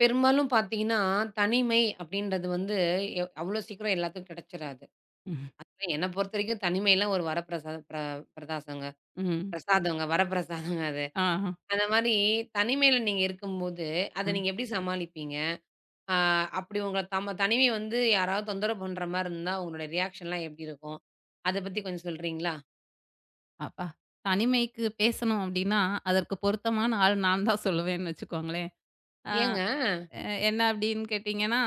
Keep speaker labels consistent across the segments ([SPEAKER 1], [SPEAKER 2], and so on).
[SPEAKER 1] பெரும்பாலும் பார்த்தீங்கன்னா, தனிமை அப்படின்றது வந்து அவ்வளோ சீக்கிரம் எல்லாத்துக்கும் கிடைச்சிராது.
[SPEAKER 2] ம்.
[SPEAKER 1] அதெல்லாம் என்ன பொறுத்தவரைக்கும் தனிமைலாம் ஒரு வரப்பிரசாதம் பிர பிரதாசங்க
[SPEAKER 2] ம்.
[SPEAKER 1] பிரசாதங்க வரப்பிரசாதங்க அது.
[SPEAKER 2] ஆ.
[SPEAKER 1] அந்த மாரி தனிமையில நீங்க இருக்கும்போது, அத
[SPEAKER 2] ம்.
[SPEAKER 1] நீங்க எப்படி சமாளிப்பீங்க? ஆ அப்படி உங்கள தனிமை வந்து யாராவது தொந்தரவு பண்ற மாரி இருந்தா, உங்களோட ரியாக்ஷன்லாம் எப்படி இருக்கும்? அத பத்தி கொஞ்சம் சொல்றீங்களா?
[SPEAKER 2] அப்பா! தனிமைக்கு பேசணும் அப்டின்னா, அதற்கு பொருத்தமான ஆள் நான் தான் சொல்லுவேன்னு வச்சுக்கோங்களேன். ஆ.
[SPEAKER 1] ஏங்க?
[SPEAKER 2] என்ன அப்டின்னு கேட்டீங்கன்னா,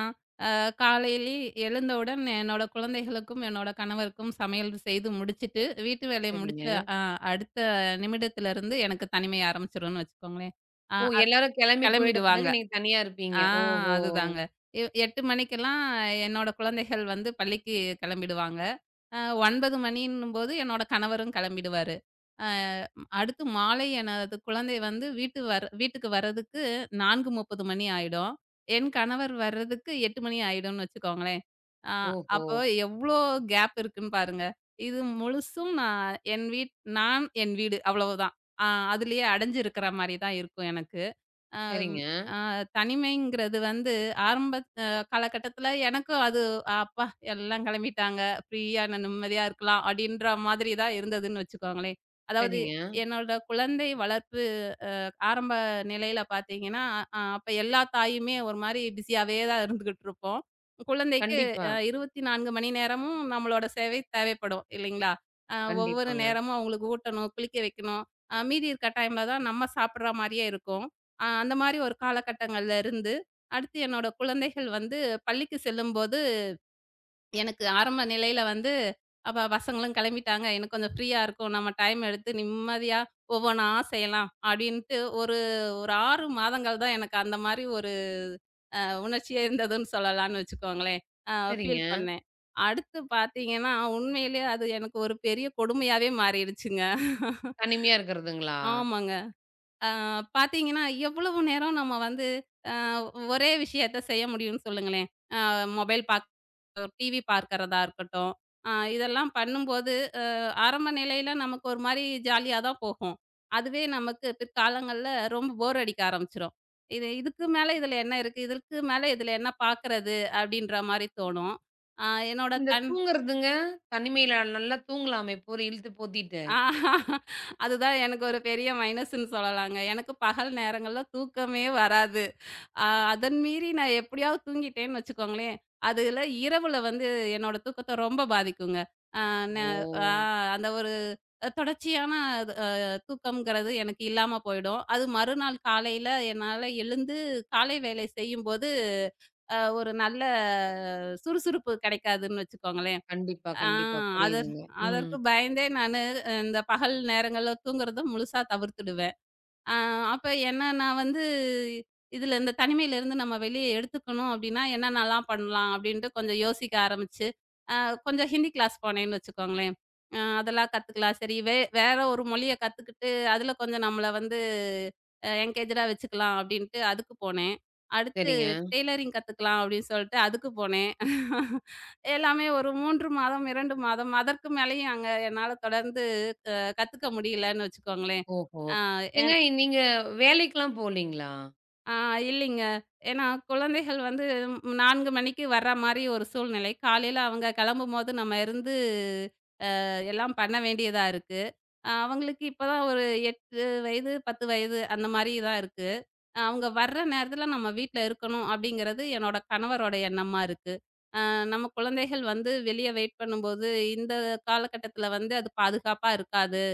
[SPEAKER 2] அ காலையிலே எழுந்தவுடன் என்னோட குழந்தைகளுக்கும், என்னோட கணவருக்கும் சமையல் செய்து முடிச்சுட்டு, வீட்டு வேலைய
[SPEAKER 1] சரிங்க.
[SPEAKER 2] முடிச்ச அ அடுத்த நிமிடத்திலிருந்து எனக்கு தனிமை ஆரம்பிச்சுரும்ன்னு வச்சுக்கோங்களேன். ஆ
[SPEAKER 1] ஓ!
[SPEAKER 2] அது
[SPEAKER 1] எல்லாரும் கிளம்பி போயிட்ட
[SPEAKER 2] கெளம்பிடுவாங்க.
[SPEAKER 1] பிறகு நீங்க தனியா இருப்பீங்க.
[SPEAKER 2] ஆ.
[SPEAKER 1] ஓஹோ!
[SPEAKER 2] அதுதாங்க. 8 மணிக்கெல்லாம் என்னோட குழந்தைகள் வந்து பள்ளிக்கு கெளம்பிடுவாங்க. அ 9:00 மணின்னும்போது என்னோட கணவரும் கிளம்பிடுவாரு. அ அடுத்து மாலை எனது குழந்தை வந்து வீட்டுக்கு வர்றதுக்கு 4:30 மணி ஆயிடும். என் கணவர் வர்றதுக்கு 8:00 மணி ஆயிடும்னு வச்சுக்கோங்களேன். அ
[SPEAKER 1] ஓஹோ!
[SPEAKER 2] அப்போ எவ்ளோ கேப் இருக்குன்னு பாருங்க. இது முழுசும் நான் என் வீடு அவ்வளவுதான். அ அதுலயே அடைஞ்சு இருக்கிற மாரி தான் இருக்கும் எனக்கு. அ ம்.
[SPEAKER 1] சரிங்க,
[SPEAKER 2] அ தனிமைங்கிறது வந்து ஆரம்ப அ காலகட்டத்தில எனக்கும் அது, "அப்பா! எல்லாம் கிளம்பிட்டாங்க. ஃப்ரீயா நான் நிம்மதியா இருக்கலாம்." அப்படின்ற மாதிரி தான் இருந்ததுன்னு வச்சுக்கோங்களேன். அதாவது,
[SPEAKER 1] சரிங்க.
[SPEAKER 2] என்னோட குழந்தை வளர்ப்பு ஆரம்ப நிலையில பார்த்தீங்கன்னா, அப்ப எல்லா தாயுமே ஒரு மாரி பிஸியாவே தான் இருந்துகிட்டு இருப்போம். குழந்தைக்கு
[SPEAKER 1] கண்டிப்பா,
[SPEAKER 2] 24 மணி நேரமும் நம்மளோட சேவை தேவைப்படும் இல்லைங்களா? அ ஒவ்வொரு
[SPEAKER 1] கண்டிப்பாங்க.
[SPEAKER 2] நேரமும் அவங்களுக்கு ஊட்டணும், குளிக்க வைக்கணும். மீதி இருக்க டைம்ல தான் நம்ம சாப்பிடுற மாரியே இருக்கும். அந்த மாரி ஒரு காலகட்டங்கள்ல இருந்து, அடுத்து என்னோட குழந்தைகள் வந்து பள்ளிக்கு செல்லும்போது எனக்கு ஆரம்ப நிலையில வந்து, அப்ப பசங்களும் கெளம்பிட்டாங்க. எனக்கு கொஞ்சம் ஃப்ரீயா இருக்கும். நம்ம டைம் எடுத்து நிம்மதியா ஒவ்வொன்னா செய்யலாம். அப்டின்ட்டு ஒரு ஒரு 6 மாதங்கள் தான் எனக்கு அந்த மாரி ஒரு உணர்ச்சியே இருந்ததுன்னு சொல்லலாம்னு வச்சுக்கோங்களேன். அ
[SPEAKER 1] சரிங்க.
[SPEAKER 2] ஃபீல் பண்ணேன். அடுத்து பாத்தீங்கன்னா, உண்மையிலேயே அது எனக்கு ஒரு பெரிய கொடுமையாவே மாறிடுச்சுங்க.
[SPEAKER 1] தனிமையா இருக்கிறதுங்களா?
[SPEAKER 2] ஆமாங்க. அ பாத்தீங்கன்னா, எவ்வளவு நேரம் நம்ம வந்து அ ஒரே விஷயத்த செய்ய முடியும்னு சொல்லுங்களேன். அ மொபைல் பாக் டிவி பார்க்கிறதா இருக்கட்டும். இதெல்லாம் பண்ணும்போது, அ ஆரம்ப நிலையில நமக்கு ஒரு மாரி ஜாலியா தான் போகும். அதுவே நமக்கு பிற்காலங்கள்ல ரொம்ப போர் அடிக்க ஆரம்பிச்சுரும். இது, இதுக்கு மேல இதுல என்ன இருக்கு? இதுக்கு மேல இதுல என்ன பார்க்கிறது? அப்படின்ற மாரி தோணும். அ என்னோட
[SPEAKER 1] இந்த
[SPEAKER 2] தன்
[SPEAKER 1] தூங்குறதுங்க? தனிமையில நல்லா தூங்கலாமே போரி இழுத்து போத்திட்டு.
[SPEAKER 2] ஆ அதுதான் எனக்கு ஒரு பெரிய மைனஸ்ன்னு சொல்லலாங்க. எனக்கு பகல் நேரங்கள்ல தூக்கமே வராது. அ அதன் மீறி நான் எப்படியாவது தூங்கிட்டேன்னு வச்சுக்கோங்களேன், அதுல இரவுல வந்து என்னோட தூக்கத்த ரொம்ப பாதிக்குங்க. அ ந அ
[SPEAKER 1] ஓ!
[SPEAKER 2] அந்த ஒரு தொடர்ச்சியான அது அ தூக்கம்ங்கிறது எனக்கு இல்லாம போயிடும். அது மறுநாள் காலையில என்னால எழுந்து காலை வேலை செய்யும்போது, ஒரு நல்ல சுறுசுறுப்பு கிடைக்காதுன்னு வச்சுக்கோங்களேன்.
[SPEAKER 1] கண்டிப்பா,
[SPEAKER 2] ஆ.
[SPEAKER 1] கண்டிப்பா.
[SPEAKER 2] அதற்
[SPEAKER 1] புரியுதுங்க. ம்.
[SPEAKER 2] அதற்கு பயந்தே நானு இந்த பகல் நேரங்கள்ல தூங்குறத முழுசா தவிர்த்துடுவேன். ஆ. அப்ப என்ன நான் வந்து இதுல இந்த தனிமையிலிருந்து நம்ம வெளிய எடுத்துக்கணும் அப்டின்னா, என்னென்னலாம் பண்ணலாம் அப்டின்ட்டு கொஞ்சம் யோசிக்க ஆரம்பிச்சு, அ கொஞ்சம் ஹிந்தி கிளாஸ் போனேன்னு வச்சுக்கோங்களேன். அதெல்லாம் கத்துக்கலாம். சரி, வேற ஒரு மொழிய கத்துக்கிட்டு, அதுல கொஞ்சம் நம்மள வந்து என்கேஜ்டா வச்சுக்கலாம் அப்டின்ட்டு அதுக்கு போனேன். அடுத்து
[SPEAKER 1] சரிங்க.
[SPEAKER 2] டெய்லரிங் கத்துக்கலாம் அப்டின்னு சொல்ட்டு அதுக்கு போனேன். எல்லாமே ஒரு 3 மாதம், 2 மாதம் அதற்கு மேலயும் அங்க என்னால தொடர்ந்து க கத்துக்க முடியலன்னு வச்சுக்கோங்களேன்.
[SPEAKER 1] ஓஹோ!
[SPEAKER 2] ஆ.
[SPEAKER 1] ஏங்க, நீங்க வேலைக்கெல்லாம் போலீங்களா?
[SPEAKER 2] ஆ. இல்லைங்க. ஏன்னா குழந்தைகள் வந்து 4 மணிக்கு வர்ற மாரி ஒரு சூழ்நிலை. காலையில அவங்க கிளம்பும்போது நம்ம இருந்து எல்லாம் பண்ண வேண்டியதா இருக்கு. அவங்களுக்கு இப்பதான் ஒரு 8 வயது, 10 வயது அந்த மாரி தான் இருக்கு. அவங்க வர்ற நேரத்தில நம்ம வீட்ல இருக்கணும் அப்படிங்கிறது என்னோட கணவரோட எண்ணமா இருக்கு. நம்ம குழந்தைகள் வந்து வெளிய வெயிட் பண்ணும்போது இந்த காலகட்டத்தில வந்து அது பாதுகாப்பா இருக்காது.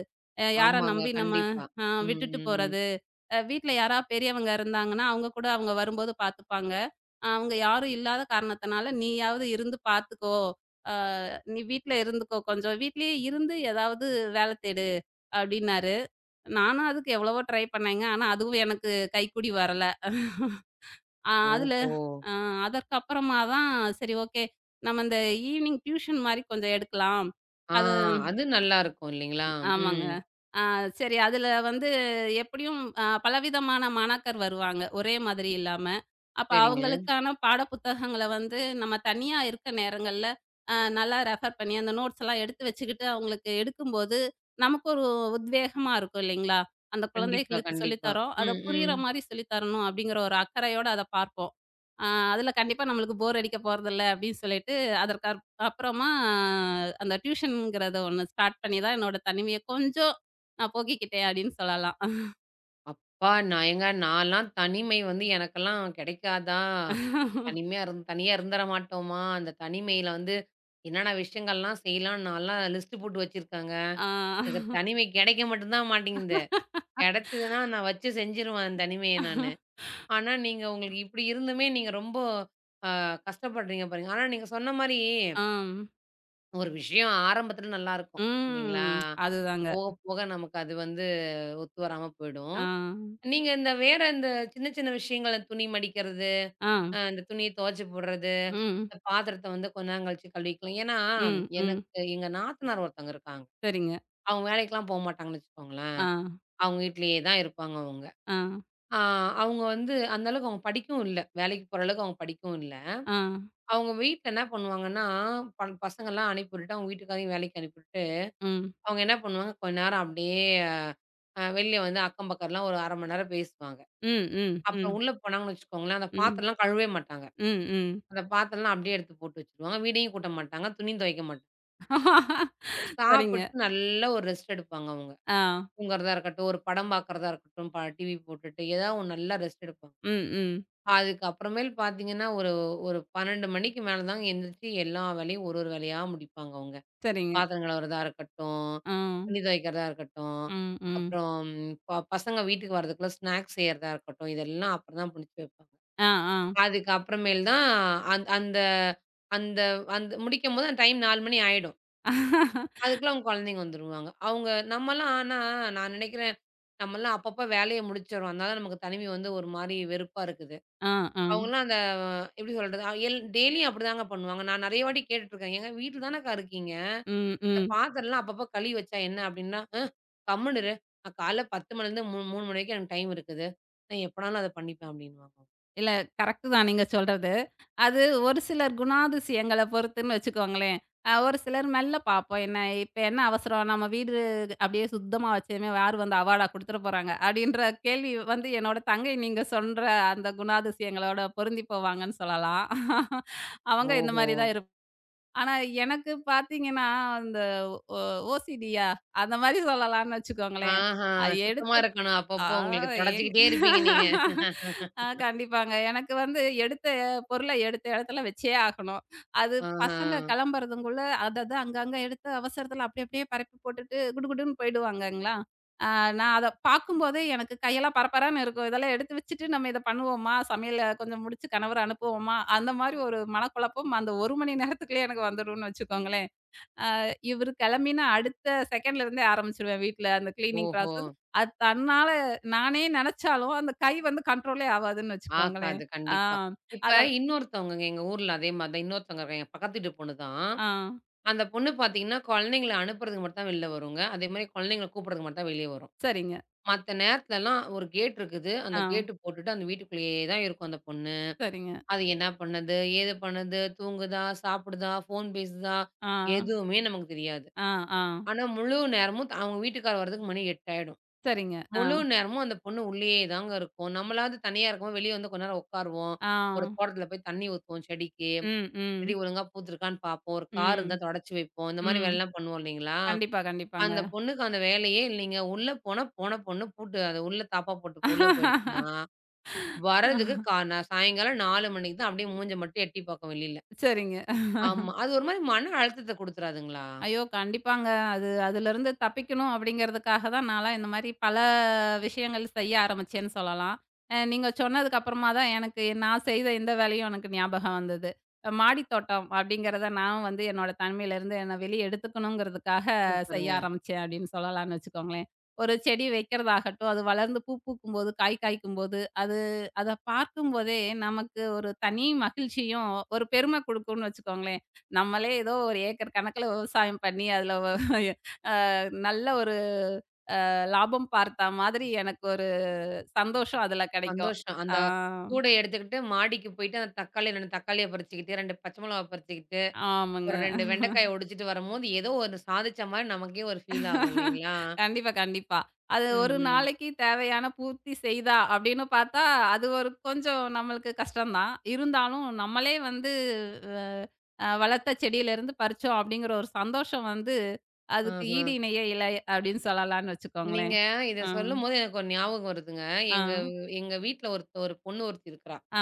[SPEAKER 2] யார
[SPEAKER 1] ஆமாங்க.
[SPEAKER 2] நம்பி நம்ம
[SPEAKER 1] கண்டிப்பா.
[SPEAKER 2] அ
[SPEAKER 1] ம்,
[SPEAKER 2] விட்டுட்டு
[SPEAKER 1] ம், ம்.
[SPEAKER 2] போறது. வீட்ல யாரா பெரியவங்க இருந்தாங்கன்னா, அவங்க கூட அவங்க வரும்போது பார்த்துப்பாங்க. அவங்க யாரும் இல்லாத காரணத்தினால, "நீயாவது இருந்து பார்த்துக்கோ. அ நீ வீட்ல இருந்துக்கோ கொஞ்சம். வீட்லயே இருந்து ஏதாவது வேல தேடு" அப்டின்னாரு. நானும் அதுக்கு எவ்வளவோ ட்ரை பண்ணேங்க. ஆனா அதுவும் எனக்கு கைக்கூடி வரல. அ அதுல
[SPEAKER 1] ஓஹோ!
[SPEAKER 2] அ அதற்கப்புறமா தான் சரி, ஓகே. நம்ம இந்த ஈவ்னிங் டியூஷன் மாரி கொஞ்சம் எடுக்கலாம்.
[SPEAKER 1] ஆ
[SPEAKER 2] அது
[SPEAKER 1] அது நல்லாருக்கும் இல்லைங்களா?
[SPEAKER 2] ஆமாங்க.
[SPEAKER 1] ம்.
[SPEAKER 2] ஆ. சரி. அதுல வந்து எப்படியும், பலவிதமான மாணாக்கர் வருவாங்க. ஒரே மாதிரி இல்லாம. அப்ப
[SPEAKER 1] சரிங்க.
[SPEAKER 2] அவங்களுக்கான பாட புத்தகங்கள வந்து நம்ம தனியா இருக்க நேரங்கள்ல, நல்லா ரெஃபர் பண்ணி அந்த நோட்ஸ் எல்லாம் எடுத்து வச்சுக்கிட்டு அவங்களுக்கு எடுக்கும்போது, நமக்கு ஒரு உத்வேகமா இருக்கும் இல்லைங்களா? அந்த
[SPEAKER 1] கண்டிப்பா,
[SPEAKER 2] குழந்தைகளுக்கு சொல்லி
[SPEAKER 1] கண்டிப்பா.
[SPEAKER 2] தரோம். அத
[SPEAKER 1] ம்,
[SPEAKER 2] புரியிற
[SPEAKER 1] ம்.
[SPEAKER 2] மாரி சொல்லி தரணும் அப்படிங்கிற ஒரு அக்கறையோட அத பார்ப்போம். ஆ. அதுல கண்டிப்பா நம்மளுக்கு போர் அடிக்க போறதில்ல அப்படின்னு சொல்லிட்டு, அதற்கு அப்புறமா, ஆ, அந்த டியூஷன்ங்கிறத ஒண்ணு ஸ்டார்ட் பண்ணி தான் என்னோட தனிமைய கொஞ்சம் நான் போக்கிக்கிட்டேன் அப்படின்னு சொல்லலாம்.
[SPEAKER 1] அப்பா! நான் ஏங்க நான்லாம் தனிமை வந்து எனக்கெல்லாம் கிடைக்காதா? தனிமையா இருந் தனியா இருந்துற மாட்டோமா? அந்த தனிமையில வந்து என்னென்ன விஷயங்கள்லாம் செய்யலாம்ன்னு நான்லாம் லிஸ்ட் போட்டு வச்சிருக்கேங்க.
[SPEAKER 2] ஆ.
[SPEAKER 1] எனக்கு தனிமை கிடைக்க மட்டும் தான் மாட்டேங்குது. கிடைச்சதுன்னா நான் வச்சு செஞ்சுருவேன் அந்த தனிமைய நானு. ஆனா நீங்க உங்களுக்கு இப்படி இருந்துமே நீங்க ரொம்ப அ கஷ்டப்படுறீங்க பாருங்க. ஆனா நீங்க சொன்ன மாரி
[SPEAKER 2] ஆம்.
[SPEAKER 1] ஒரு விஷயம் ஆரம்பத்துல நல்லாருக்கும். இல்லைங்களா?
[SPEAKER 2] ம். அதுதாங்க.
[SPEAKER 1] போக போக நமக்கு அது வந்து ஒத்து வராம போயிடும்.
[SPEAKER 2] ஆ.
[SPEAKER 1] நீங்க இந்த வேற இந்த சின்ன சின்ன விஷயங்கள துணி மடிக்கிறது,
[SPEAKER 2] ஆ.
[SPEAKER 1] இந்த துணிய துவைச்சு போடுறது,
[SPEAKER 2] ம்.
[SPEAKER 1] இந்த பாத்திரத்த வந்து கொஞ்ச நேரம் கழிச்சு கழுவிக்கலாம். ஏன்னா,
[SPEAKER 2] ம். ம்.
[SPEAKER 1] எனக்கு எங்க நாத்தனார் ஒருத்தவங்க இருக்காங்க.
[SPEAKER 2] சரிங்க.
[SPEAKER 1] அவங்க வேலைக்கெல்லாம் போமாட்டாங்கன்னு வச்சுக்கோங்களேன்.
[SPEAKER 2] ஆ.
[SPEAKER 1] அவங்க வீட்லயே தான் இருப்பாங்க அவங்க.
[SPEAKER 2] ஆ.
[SPEAKER 1] ஆ அவங்க வந்து அந்த அளவுக்கு அவங்க படிக்கவும் இல்ல. வேலைக்கு போற அளவுக்கு அவங்க படிக்கவும் இல்ல.
[SPEAKER 2] ஆ.
[SPEAKER 1] அவங்க வீட்ல என்ன பண்ணுவாங்கன்னா, பசங்கலாம் அனுப்பி விட்டுட்டு, அவங்க வீட்டுக்காரையும் வேலைக்கு அனுப்பி விட்டுட்டு,
[SPEAKER 2] ம்.
[SPEAKER 1] அவங்க என்ன பண்ணுவாங்க, கொஞ்ச நேரம் அப்படியே வெளிய வந்து அக்கம் பக்கம்லாம் ஒரு 1/2 மணி நேரம் பேசுவாங்க.
[SPEAKER 2] ம். ம்.
[SPEAKER 1] அப்புறம்
[SPEAKER 2] ம்.
[SPEAKER 1] உள்ள போனாங்கன்னு வச்சுக்கோங்களேன், அந்த
[SPEAKER 2] ம்.
[SPEAKER 1] பாத்திரம்லாம் கழுவவே மாட்டாங்க.
[SPEAKER 2] ம். ம்.
[SPEAKER 1] அந்த பாத்திரம்லாம் அப்படியே எடுத்து போட்டு வச்சுருவாங்க. வீடையும் கூட்ட மாட்டாங்க. துணியும் துவைக்க மாட்டாங்க.
[SPEAKER 2] சரிங்க.
[SPEAKER 1] சாப்பிட்டு நல்ல ஒரு ரெஸ்ட் எடுப்பாங்க அவங்க.
[SPEAKER 2] ஆ.
[SPEAKER 1] தூங்குறதா இருக்கட்டும், ஒரு படம் பார்க்கறதா இருக்கட்டும், டிவி போட்டுட்டு ஏதாவது ஒண்ணு நல்லா ரெஸ்ட் எடுப்பாங்க.
[SPEAKER 2] ம். ம்.
[SPEAKER 1] அதுக்கப்புறமேல் பார்த்தீங்கன்னா, ஒரு ஒரு 12 மணிக்கு மேல தாங்க எந்திரிச்சு எல்லா வேலையும் ஒரு ஒரு வேலையா முடிப்பாங்க அவங்க.
[SPEAKER 2] சரிங்க.
[SPEAKER 1] பாத்திரம் கழுவுறதா இருக்கட்டும்,
[SPEAKER 2] ஆ.
[SPEAKER 1] துணி துவைக்கிறதா இருக்கட்டும்,
[SPEAKER 2] ம். ம்.
[SPEAKER 1] அப்புறம் பசங்க வீட்டுக்கு வர்றதுக்குள்ள ஸ்நாக்ஸ் செய்யறதா இருக்கட்டும், இதெல்லாம் அப்புறம் தான் முடிச்சு வைப்பாங்க.
[SPEAKER 2] ஆ. ஆ.
[SPEAKER 1] அதுக்கு அப்புறமேல் தான் அந் அந்த அந்த அந்த முடிக்கும்போது அந்த டைம் 4 மணி ஆயிடும். அதுக்குள்ள அவங்க குழந்தைங்க வந்துருவாங்க. அவங்க நம்மலாம் ஆனா நான் நினைக்கிறேன், நம்மலாம் அப்பப்ப வேலைய முடிச்சுடுறோம். அதனால நமக்கு தனிமை வந்து ஒரு மாரி வெறுப்பா இருக்குது.
[SPEAKER 2] ஆ. ஆ.
[SPEAKER 1] அவங்கலாம் அந்த எப்படி சொல்றது? எல் டெய்லியும் அப்படிதாங்க பண்ணுவாங்க. நான் நெறைய வாட்டி கேட்டுட்டுருக்கேன். "ஏங்க வீட்ல தானக்கா இருக்கீங்க.
[SPEAKER 2] ம்.
[SPEAKER 1] இந்த
[SPEAKER 2] ம்.
[SPEAKER 1] பாத்திரம்லாம் அப்பப்போ கழுவி வச்சா என்ன?" அப்படின்னா, கம்முனு இரு. நான் காலைல 10 மணிலேருந்து 3 மணி வரைக்கும் எனக்கு டைம் இருக்குது. நான் எப்பனாலும் அத பண்ணிப்பேன்" அப்படின்னுவாங்க.
[SPEAKER 2] இல்ல, கரெக்ட் தான் நீங்க சொல்றது. அது ஒரு சிலர் குணாதிசயங்கள பொறுத்துன்னு வச்சுக்கோங்களேன். ஒரு சிலர் மெல்ல பார்ப்போம். இப்ப என்ன அவசரம்? நம்ம வீடு அப்படியே சுத்தமா வச்சதுமே யாரு வந்து அவார்டா குடுத்துற போறாங்க? அப்படின்ற கேள்வி வந்து என்னோட தங்கை நீங்க சொல்ற அந்த குணாதிசயங்களோட பொருந்தி போவாங்கன்னு சொல்லலாம். அவங்க இந்த
[SPEAKER 1] ஓஹோ!
[SPEAKER 2] மாரி தான் இருப் ஆனா எனக்கு பார்த்தீங்கன்னா, அந்த ஓ ஓசிடியா அந்த மாரி சொல்லலாம்னு வச்சுக்கோங்களேன்.
[SPEAKER 1] ஆஹா!
[SPEAKER 2] அ
[SPEAKER 1] சுத்தமா
[SPEAKER 2] எடுத்
[SPEAKER 1] இருக்கணும்.
[SPEAKER 2] ஆ
[SPEAKER 1] அப்பப்போ உங்களுக்கு
[SPEAKER 2] ஏங்க
[SPEAKER 1] தொடச்சுக்கிட்டே இருப்பீங்க நீங்க.
[SPEAKER 2] ஆ கண்டிப்பாங்க. எனக்கு வந்து எடுத்த பொருள எடுத்த இடத்துல வச்சே ஆகணும். அது
[SPEAKER 1] ஆஹா.
[SPEAKER 2] பசங்க கிளம்புறதுக்குள்ள அத அத அங்கங்க எடுத்து அவசரத்துல அப்படியே பரப்பி போட்டுட்டு குடுகுடுன்னு போயிடுவாங்கங்களா. நான் அத பார்க்கும்போதே எனக்கு கையெல்லாம் பரபரன்னு இருக்கும். இதெல்லாம் எடுத்து வச்சுட்டு நம்ம இத பண்ணுவோமா? சமையல கொஞ்சம் முடிச்சு கணவர அனுப்புவோமா? அந்த மாரி ஒரு மனக்குழப்பம் அந்த 1 மணி நேரத்துக்குள்ளயே எனக்கு வந்துரும்னு வச்சுக்கோங்களேன். இவரு கிளம்பின அடுத்த செகண்ட்ல இருந்தே ஆரம்பிச்சுருவேன் வீட்ல அந்த கிளீனிங்
[SPEAKER 1] ஓஹோ!
[SPEAKER 2] ப்ராசஸ். அது தன்னால நானே நெனச்சாலும், அந்த கை வந்து கண்ட்ரோலே ஆவாதுன்னு வச்சுக்கோங்களேன்.
[SPEAKER 1] ஆகாது
[SPEAKER 2] ஆ.
[SPEAKER 1] கண்டிப்பா. இப்ப
[SPEAKER 2] அதெல்லாம்.
[SPEAKER 1] இன்னொருத்தவங்கங்க எங்க ஊர்ல அதே மாரி தான் இன்னொருத்தவங்க இருக்காங்க. எங்க பக்கத்து வீட்டு பொண்ணு தான்.
[SPEAKER 2] ஆ.
[SPEAKER 1] அந்த பொண்ணு பார்த்தீங்கன்னா, குழந்தைங்கள அனுப்புறதுக்கு மட்டும் தான் வெளில வருங்க. அதேமாரி குழந்தைங்கள கூப்புடுறதுக்கு மட்டும் தான் வெளிய வரும்.
[SPEAKER 2] சரிங்க.
[SPEAKER 1] மத்த நேரத்துலலாம் ஒரு கேட் இருக்குது. அந்த
[SPEAKER 2] ஆ.
[SPEAKER 1] கேட் போட்டுட்டு அந்த வீட்டுக்குள்ளேயே தான் இருக்கும் அந்த பொண்ணு.
[SPEAKER 2] சரிங்க.
[SPEAKER 1] அது என்ன பண்ணுது? ஏது பண்ணுது? தூங்குதா? சாப்பிடுதா? ஃபோன் பேசுதா?
[SPEAKER 2] ஆ,
[SPEAKER 1] எதுவுமே நமக்கு தெரியாது.
[SPEAKER 2] ஆ, ஆ.
[SPEAKER 1] ஆனா, முழு நேரமும் அவங்க வீட்டுக்காரர் வர்றதுக்கு மணி 8 ஆயிடும்.
[SPEAKER 2] சரிங்க. ஆ,
[SPEAKER 1] முழு நேரமும் அந்த பொண்ணு உள்ளேயே தாங்க இருக்கும். நம்மளாவது தனியா இருக்கும்போது வெளிய வந்து கொஞ்ச நேரம் உட்காருவோம்.
[SPEAKER 2] ஆ.
[SPEAKER 1] ஒரு தோட்டத்துல போய் தண்ணி ஊத்துவோம் செடிக்கு.
[SPEAKER 2] ம்,
[SPEAKER 1] செடி
[SPEAKER 2] ம்,
[SPEAKER 1] ஒழுங்கா பூத்துருக்கான்னு பார்ப்போம். ஒரு கார்
[SPEAKER 2] ம்,
[SPEAKER 1] இருந்தா தொடச்சு வைப்போம். இந்த மாரி
[SPEAKER 2] ம்.
[SPEAKER 1] வேலைலாம் பண்ணுவோம் இல்லைங்களா?
[SPEAKER 2] கண்டிப்பா, கண்டிப்பாங்க.
[SPEAKER 1] அந்த பொண்ணுக்கு அந்த வேலையே இல்லைங்க. உள்ள போனா போன பொண்ணு பூட்டு அது உள்ள தாப்பா போட்டு உள்ள போயிடுச்சுன்னா, வர்றதுக்கு நான் சாயங்காலம் 4 மணிக்கு தான் அப்படியே மூஞ்ச மட்டும் எட்டி பார்க்கும் வெளியில.
[SPEAKER 2] சரிங்க.
[SPEAKER 1] ஆமா. அது ஒரு மாரி மன அழுத்தத்த குடுத்துறாதுங்களா?
[SPEAKER 2] ஐயோ! கண்டிப்பாங்க. அது, அதுலருந்து தப்பிக்கணும் அப்படிங்கிறதுக்காக தான் நான்லாம் இந்த மாரி பல விஷயங்கள் செய்ய ஆரம்பிச்சேன்னு சொல்லலாம். நீங்க சொன்னதுக்கு அப்புறமா தான் எனக்கு நான் செய்த இந்த வேலையும் எனக்கு ஞாபகம் வந்தது. மாடி தோட்டம் அப்படிங்கிறத நான் வந்து என்னோட தனிமையிலருந்து என்ன வெளிய எடுத்துக்கணுங்கிறதுக்காக செய்ய
[SPEAKER 1] சூப்பருங்க.
[SPEAKER 2] ஆரம்பிச்சேன் அப்படின்னு சொல்லலாம்னு வச்சுக்கோங்களேன். ஒரு செடி வைக்கிறதாகட்டும், அது வளர்ந்து பூ பூக்கும்போது, காய் காய்க்கும்போது, அது அத பார்க்கும்போதே நமக்கு ஒரு தனி மகிழ்ச்சியும், ஒரு பெருமை குடுக்கும்னு வச்சுக்கோங்களேன். நம்மளே ஏதோ ஒரு ஏக்கர் கணக்குல விவசாயம் பண்ணி, அதுல நல்ல ஒரு லாபம் பார்த்தா மாதிரி எனக்கு ஒரு சந்தோஷம் அதுல கெடைக்கும்.
[SPEAKER 1] சந்தோஷம்.
[SPEAKER 2] ஆ,
[SPEAKER 1] அந்த கூடைய எடுத்துக்கிட்டு மாடிக்கு போயிட்டு, அந்த தக்காளி 2 தக்காளிய பறிச்சுக்கிட்டு, 2 பச்சை மிளகா பறிச்சுக்கிட்டு,
[SPEAKER 2] ஆமாங்க.
[SPEAKER 1] ஒரு 2 வெண்டைக்காய ஒடிச்சிட்டு வரும்போது, ஏதோ ஒரு சாதிச்ச மாரி நமக்கே ஒரு ஃபீல் ஆகும் இல்லைங்களா?
[SPEAKER 2] கண்டிப்பா, கண்டிப்பா. அது ஒரு
[SPEAKER 1] ம்ஹ்ம்.
[SPEAKER 2] நாளைக்கு தேவையான பூர்த்தி செய்தா அப்படின்னு பார்த்தா, அது ஒரு கொஞ்சம் நம்மளுக்கு கஷ்டம் தான். இருந்தாலும் நம்மளே வந்து அ அ வளர்த்த செடியிலருந்து பறிச்சோம் அப்படிங்கிற ஒரு சந்தோஷம் வந்து, அதுக்கு
[SPEAKER 1] ஆஹா.
[SPEAKER 2] ஈடு இணையே இல்லை அப்படின்னு சொல்லலாம்ன்னு
[SPEAKER 1] நீங்க
[SPEAKER 2] வச்சுக்கோங்களேன்.
[SPEAKER 1] இத
[SPEAKER 2] ஆ,
[SPEAKER 1] சொல்லும்போது எனக்கு ஒரு ஞாபகம் வருதுங்க.
[SPEAKER 2] ஆ,
[SPEAKER 1] எங்க எங்க வீட்ல ஒரு ஒரு பொண்ணு ஒருத்தி இருக்கிறா.
[SPEAKER 2] ஆ.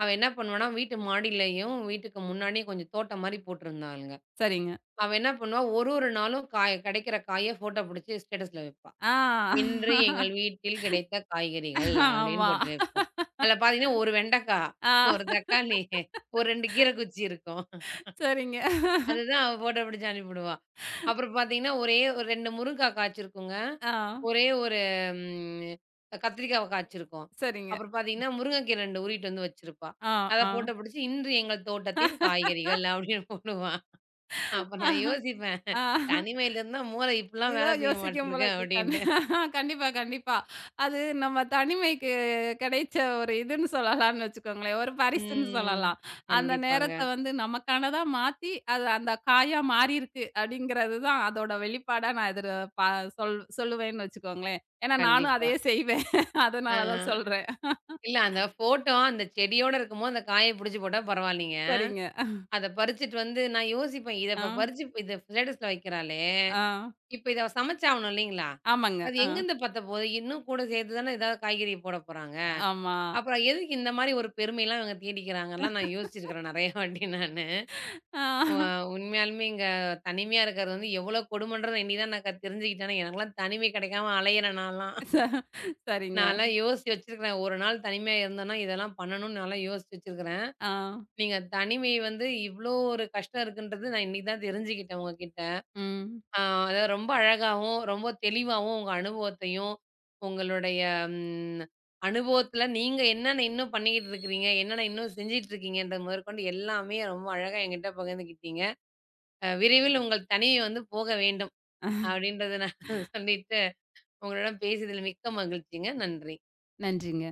[SPEAKER 1] அவ என்ன பண்ணுவான்னா, வீட்டு மாடியிலயும், வீட்டுக்கு முன்னாடியும் கொஞ்சம் தோட்டம் மாரி போட்டிருந்தாளுங்க.
[SPEAKER 2] சரிங்க.
[SPEAKER 1] அவ என்ன பண்ணுவா, ஒரு ஒரு நாளும் காய் கிடைக்கிற காய ஃபோட்டோ புடிச்சு ஸ்டேட்டஸ்ல வைப்பா.
[SPEAKER 2] ஆ.
[SPEAKER 1] இன்று எங்கள் வீட்டில் கிடைத்த காய்கறிகள் அப்படின்னு
[SPEAKER 2] ஆமா.
[SPEAKER 1] போட்டு வைப்பேன். அதில பார்த்தீங்கன்னா, 1 வெண்டைக்கா,
[SPEAKER 2] ஆ.
[SPEAKER 1] 1 தக்காளி, ஒரு 2 கீரை குச்சி இருக்கும்.
[SPEAKER 2] சரிங்க.
[SPEAKER 1] அதுதான் அவ ஃபோட்டோ பிடிச்சு அனுப்பிவிடுவா. அப்புறம் பார்த்தீங்கன்னா, ஒரே ஒரு 2 முருங்கா காய்ச்சிருக்குங்க.
[SPEAKER 2] ஆ.
[SPEAKER 1] ஒரே ஒரு ம் கத்திரிக்காவ காய்ச்சிருக்கோம்.
[SPEAKER 2] சரிங்க.
[SPEAKER 1] அப்புறம் பார்த்தீங்கன்னா, முருங்கைக்கீரை 2 உருவிட்டு வந்து வச்சிருப்பா.
[SPEAKER 2] ஆ,
[SPEAKER 1] அத
[SPEAKER 2] ஆ.
[SPEAKER 1] ஃபோட்டோ பிடிச்சு, இன்று எங்கள் தோட்டத்தின் காய்கறிகள் அப்படின்னு போடுவா. அப்ப நான் யோசிப்பேன்,
[SPEAKER 2] ஆ.
[SPEAKER 1] தனிமையில இருந்தா மூளை இப்படிலாம்
[SPEAKER 2] ஏதோ
[SPEAKER 1] வேலை செய்ய
[SPEAKER 2] யோசிக்கும் போல
[SPEAKER 1] மாட்டிருக்கு
[SPEAKER 2] இருக்கு.
[SPEAKER 1] அப்படின்ட்டு.
[SPEAKER 2] கண்டிப்பா, கண்டிப்பா. அது நம்ம தனிமைக்கு கிடைச்ச ஒரு இதுன்னு சொல்லலாம்னு வச்சுக்கோங்களேன். ஒரு பரிசுன்னு
[SPEAKER 1] ம்.
[SPEAKER 2] சொல்லலாம். அந்த நேரத்த
[SPEAKER 1] கண்டிப்பாங்க.
[SPEAKER 2] வந்து நமக்கானதா மாத்தி, அது அந்த காயா மாறியிருக்கு அப்படிங்கிறது தான் அதோட வெளிப்பாடா நான் இதில பா சொல் சொல்லுவேன்னு வச்சுக்கோங்களேன். ஏன்னா நானும்
[SPEAKER 1] கண்டிப்பா.
[SPEAKER 2] அதையே செய்வேன்.
[SPEAKER 1] ஆ.
[SPEAKER 2] அதனால தான் சொல்றேன்.
[SPEAKER 1] இல்ல அந்த ஃபோட்டோ அந்த செடியோட இருக்கும்போது, அந்த காய பிடிச்சு போட்டா பரவாயில்லீங்க.
[SPEAKER 2] சரிங்க.
[SPEAKER 1] அத பறிச்சுட்டு வந்து நான் யோசிப்பேன். இத
[SPEAKER 2] ஆ,
[SPEAKER 1] இப்ப பறிச்சு இத ஸ்டேட்டஸ்ல வைக்கிறாளே!
[SPEAKER 2] ஆ.
[SPEAKER 1] இப்ப இத அவ சமைச்சாவணும் இல்லீங்களா?
[SPEAKER 2] ஆமாங்க.
[SPEAKER 1] அது
[SPEAKER 2] ஆ.
[SPEAKER 1] எங்கேருந்து பத்தப்போது? இன்னும் கூட சேர்த்து தானே ஏதாவது காய்கறி போட போறாங்க.
[SPEAKER 2] ஆமா.
[SPEAKER 1] அப்புறம் எதுக்கு இந்த மாரி ஒரு பெருமைலாம் இவங்க தேடிக்கிறாங்கலாம் நான் யோசிச்சிருக்கிறேன் நெறைய வாட்டி நானு.
[SPEAKER 2] ஆ.
[SPEAKER 1] அ உண்மையாலுமே இங்க தனிமையா இருக்கிறது வந்து எவ்வளோ கொடுமன்றத இன்னிக்கு தான் நான் தெரிஞ்சுக்கிட்டேன். எனக்கெல்லாம் தனிமை கிடைக்காம அலையிறேன் நான்லாம்.
[SPEAKER 2] ச சரிங்க.
[SPEAKER 1] நான்லாம் யோசிச்சு வச்சிருக்கிறேன். ஒரு நாள் தனிமையா இருந்தேன்னா, இதெல்லாம் பண்ணணும்னு நான்லாம் யோசிச்சு வச்சிருக்கிறேன்.
[SPEAKER 2] ஆ.
[SPEAKER 1] நீங்க தனிமை வந்து இவ்ளோ ஒரு கஷ்டம் இருக்குன்றது நான் இன்னைக்கு தான் தெரிஞ்சுக்கிட்டேன் உங்ககிட்ட.
[SPEAKER 2] ம்.
[SPEAKER 1] ஆ அதாவது ரொம்ப அழகாவும், ரொம்ப தெளிவாவும் உங்க அனுபவத்தையும், உங்களுடைய ம் அனுபவத்துல நீங்க என்னென்ன இன்னும் பண்ணிக்கிட்டு இருக்கிறீங்க? என்னென்ன இன்னும் செஞ்சுட்டு இருக்கீங்கன்ற முதற்கொண்டு எல்லாமே ரொம்ப அழகா என்கிட்ட பகிர்ந்துக்கிட்டீங்க. "விரைவில் உங்கள் தனிமை வந்து போக வேண்டும்." அப்படின்றத நான் சொல்லிட்டு உங்களுடன் பேசியதில் மிக்க மகிழ்ச்சிங்க. நன்றி.
[SPEAKER 2] நன்றிங்க.